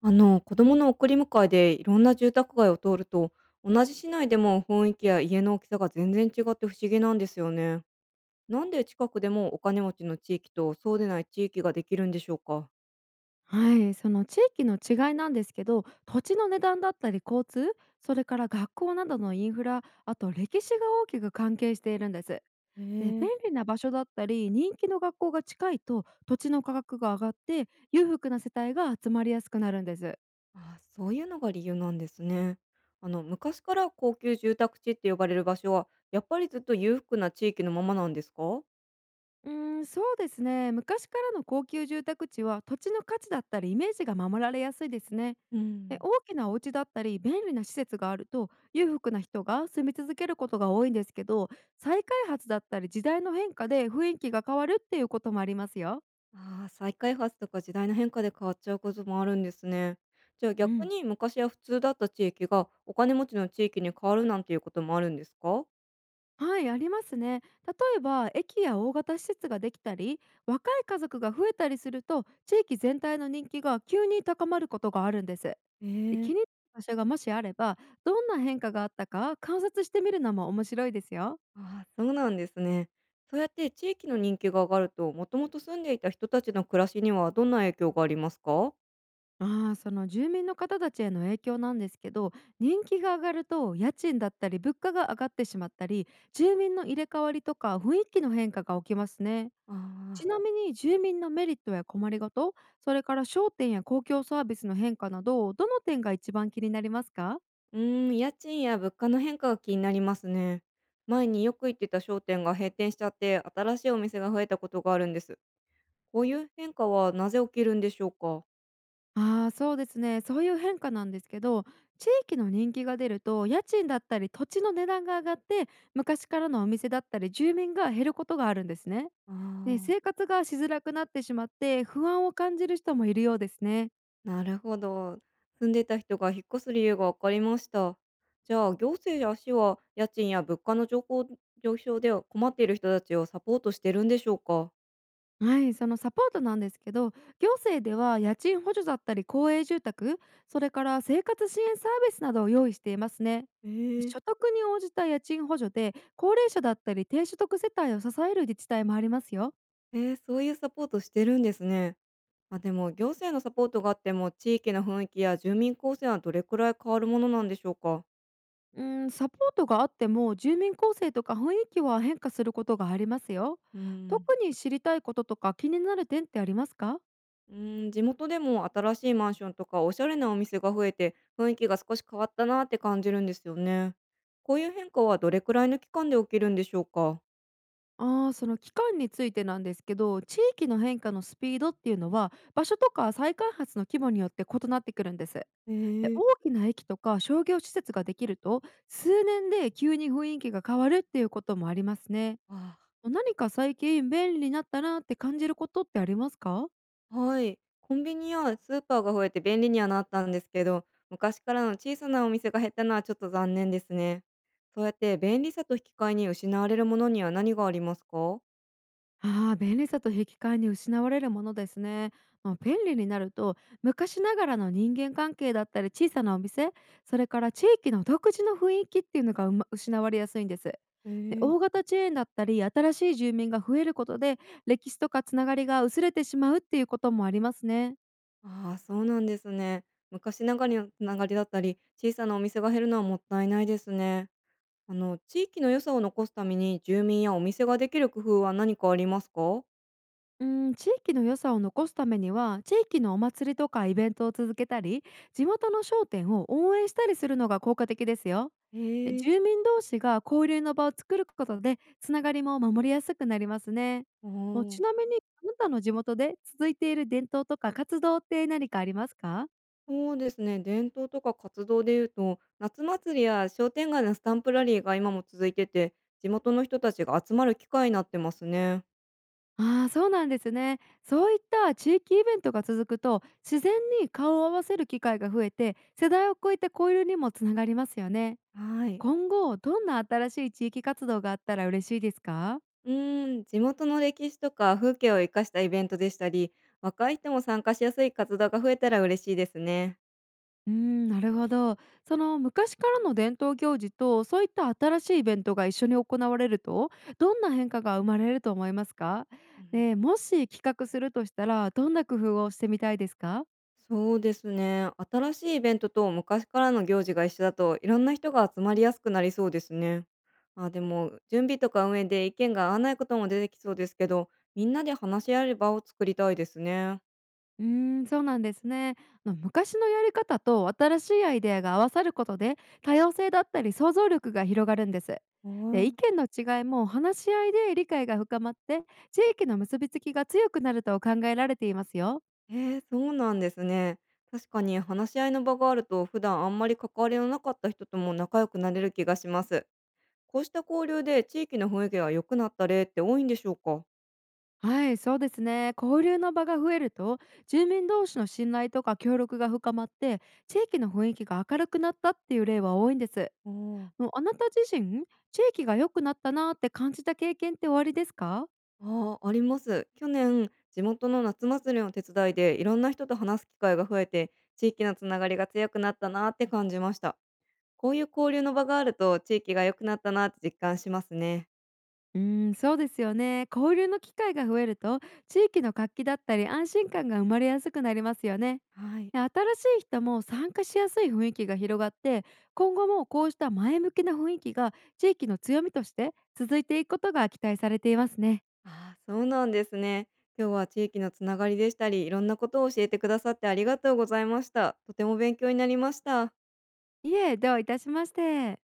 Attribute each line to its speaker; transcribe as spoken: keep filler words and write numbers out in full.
Speaker 1: あの子供の送り迎えでいろんな住宅街を通ると同じ市内でも雰囲気や家の大きさが全然違って不思議なんですよね。なんで近くでもお金持ちの地域とそうでない地域ができるんでしょうか？
Speaker 2: はい、その地域の違いなんですけど、土地の値段だったり交通、それから学校などのインフラ、あと歴史が大きく関係しているんです。
Speaker 1: へ
Speaker 2: で、
Speaker 1: え。
Speaker 2: 便利な場所だったり人気の学校が近いと、土地の価格が上がって裕福な世帯が集まりやすくなるんです。
Speaker 1: あ、そういうのが理由なんですね。あの昔から高級住宅地って呼ばれる場所はやっぱりずっと裕福な地域のままなんですか？
Speaker 2: うーん、そうですね。昔からの高級住宅地は土地の価値だったりイメージが守られやすいですね。
Speaker 1: う
Speaker 2: で、
Speaker 1: ん。
Speaker 2: 大きなお家だったり便利な施設があると裕福な人が住み続けることが多いんですけど、再開発だったり時代の変化で雰囲気が変わるっていうこともありますよ。
Speaker 1: ああ、再開発とか時代の変化で変わっちゃうこともあるんですね。じゃあ
Speaker 2: う
Speaker 1: 逆
Speaker 2: ん。
Speaker 1: に昔は普通だった地域がお金持ちの地域に変わるなんていうこともあるんですか？
Speaker 2: はい、ありますね。例えば駅や大型施設ができたり、若い家族が増えたりすると、地域全体の人気が急に高まることがあるんです。で、気
Speaker 1: ええ。
Speaker 2: になる場所がもしあれば、どんな変化があったか観察してみるのも面白いですよ。
Speaker 1: ああ、そうなんですね。そうやって地域の人気が上がると、もともと住んでいた人たちの暮らしにはどんな影響がありますか？
Speaker 2: ああ、その住民の方たちへの影響なんですけど、人気が上がると家賃だったり物価が上がってしまったり、住民の入れ替わりとか雰囲気の変化が起きますね。
Speaker 1: あ
Speaker 2: ち
Speaker 1: あ、
Speaker 2: なみに住民のメリットや困りごと、それから商店や公共サービスの変化など、どの点が一番気になりますか？
Speaker 1: うーん、家賃や物価の変化が気になりますね。前によく行ってた商店が閉店しちゃって、新しいお店が増えたことがあるんです。こういう変化はなぜ起きるんでしょうか？
Speaker 2: ああー、そうですね。そういう変化なんですけど、地域の人気が出ると家賃だったり土地の値段が上がって、昔からのお店だったり住民が減ることがあるんですね。
Speaker 1: あ
Speaker 2: ね、生
Speaker 1: あ、
Speaker 2: 活がしづらくなってしまって不安を感じる人もいるようですね。
Speaker 1: なるほど。住んでた人が引っ越す理由が分かりました。じゃあ、行政や市は家賃や物価の上昇上昇で困っている人たちをサポートしてるんでしょうか？
Speaker 2: はい、そのサポートなんですけど、行政では家賃補助だったり公営住宅、それから生活支援サービスなどを用意していますね。
Speaker 1: えー、
Speaker 2: 所得に応じた家賃補助で高齢者だったり低所得世帯を支える自治体もありますよ。
Speaker 1: えー、そういうサポートしてるんですね。あ、でも、行政のサポートがあっても、地域の雰囲気や住民構成はどれくらい変わるものなんでしょうか？
Speaker 2: うん、サポートがあっても住民構成とか雰囲気は変化することがありますよ。
Speaker 1: うん。
Speaker 2: 特に知りたいこととか気になる点ってありますか？
Speaker 1: うーん、地元でも新しいマンションとかおしゃれなお店が増えて雰囲気が少し変わったなって感じるんですよね。こういう変化はどれくらいの期間で起きるんでしょうか？
Speaker 2: ああ、その期間についてなんですけど、地域の変化のスピードっていうのは、場所とか再開発の規模によって異なってくるんです。
Speaker 1: へ
Speaker 2: で、
Speaker 1: え。
Speaker 2: 大きな駅とか商業施設ができると、数年で急に雰囲気が変わるっていうこともありますね。
Speaker 1: あ、
Speaker 2: 何か最近便利になったなって感じることってありますか？
Speaker 1: はい。コンビニやスーパーが増えて便利にはなったんですけど、昔からの小さなお店が減ったのはちょっと残念ですね。そうやって便利さと引き換えに失われるものには何がありますか？
Speaker 2: ああ、便利さと引き換えに失われるものですね。まあ、便利になると、昔ながらの人間関係だったり小さなお店、それから地域の独自の雰囲気っていうのが、うま失われやすいんです。
Speaker 1: へ
Speaker 2: で、
Speaker 1: え。
Speaker 2: 大型チェーンだったり新しい住民が増えることで、歴史とかつながりが薄れてしまうっていうこともありますね。
Speaker 1: ああ、そうなんですね。昔ながらのつながりだったり、小さなお店が減るのはもったいないですね。あの、地域の良さを残すために住民やお店ができる工夫は何かありますか？
Speaker 2: うん、地域の良さを残すためには、地域のお祭りとかイベントを続けたり、地元の商店を応援したりするのが効果的ですよ。で、
Speaker 1: へえ、
Speaker 2: 住民同士が交流の場を作ることで、つながりも守りやすくなりますね。
Speaker 1: あ
Speaker 2: もう、ち
Speaker 1: ー、
Speaker 2: なみに、あなたの地元で続いている伝統とか活動って何かありますか？
Speaker 1: そうですね。伝統とか活動でいうと、夏祭りや商店街のスタンプラリーが今も続いてて、地元の人たちが集まる機会になってますね。
Speaker 2: ああー、そうなんですね。そういった地域イベントが続くと、自然に顔を合わせる機会が増えて、世代を超えて交流にもつながりますよね。
Speaker 1: はい。
Speaker 2: 今後、どんな新しい地域活動があったら嬉しいですか？
Speaker 1: うーん、地元の歴史とか風景を生かしたイベントでしたり、若い人も参加しやすい活動が増えたら嬉しいですね。
Speaker 2: うーん、なるほど。その昔からの伝統行事とそういった新しいイベントが一緒に行われると、どんな変化が生まれると思いますか？でもし企画するとしたら、どんな工夫をしてみたいですか？
Speaker 1: そうですね。新しいイベントと昔からの行事が一緒だと、いろんな人が集まりやすくなりそうですね。あ、でも、準備とか運営で意見が合わないことも出てきそうですけど、みんなで話し合える場を作りたいですね。
Speaker 2: うーん、そうなんですね。あの、昔のやり方と新しいアイデアが合わさることで、多様性だったり想像力が広がるんです。で、意
Speaker 1: あ、
Speaker 2: 見の違いも話し合いで理解が深まって、地域の結びつきが強くなると考えられていますよ。
Speaker 1: えー、そうなんですね。確かに話し合いの場があると、普段あんまり関わりのなかった人とも仲良くなれる気がします。こうした交流で地域の雰囲気が良くなった例って多いんでしょうか？
Speaker 2: はい、そうですね。交流の場が増えると、住民同士の信頼とか協力が深まって、地域の雰囲気が明るくなったっていう例は多いんです。
Speaker 1: うん。
Speaker 2: もう、あなた自身、地域が良くなったなーって感じた経験っておありですか？
Speaker 1: あー、あります。去年、地元の夏祭りの手伝いでいろんな人と話す機会が増えて、地域のつながりが強くなったなって感じました。こういう交流の場があると、地域が良くなったなって実感しますね。
Speaker 2: うーん、そうですよね。交流の機会が増えると、地域の活気だったり安心感が生まれやすくなりますよね。
Speaker 1: はい。
Speaker 2: で、新しい人も参加しやすい雰囲気が広がって、今後もこうした前向きな雰囲気が地域の強みとして続いていくことが期待されていますね。
Speaker 1: ああ、そうなんですね。今日は地域のつながりでしたり、いろんなことを教えてくださってありがとうございました。とても勉強になりました。
Speaker 2: いえ、どういたしまして。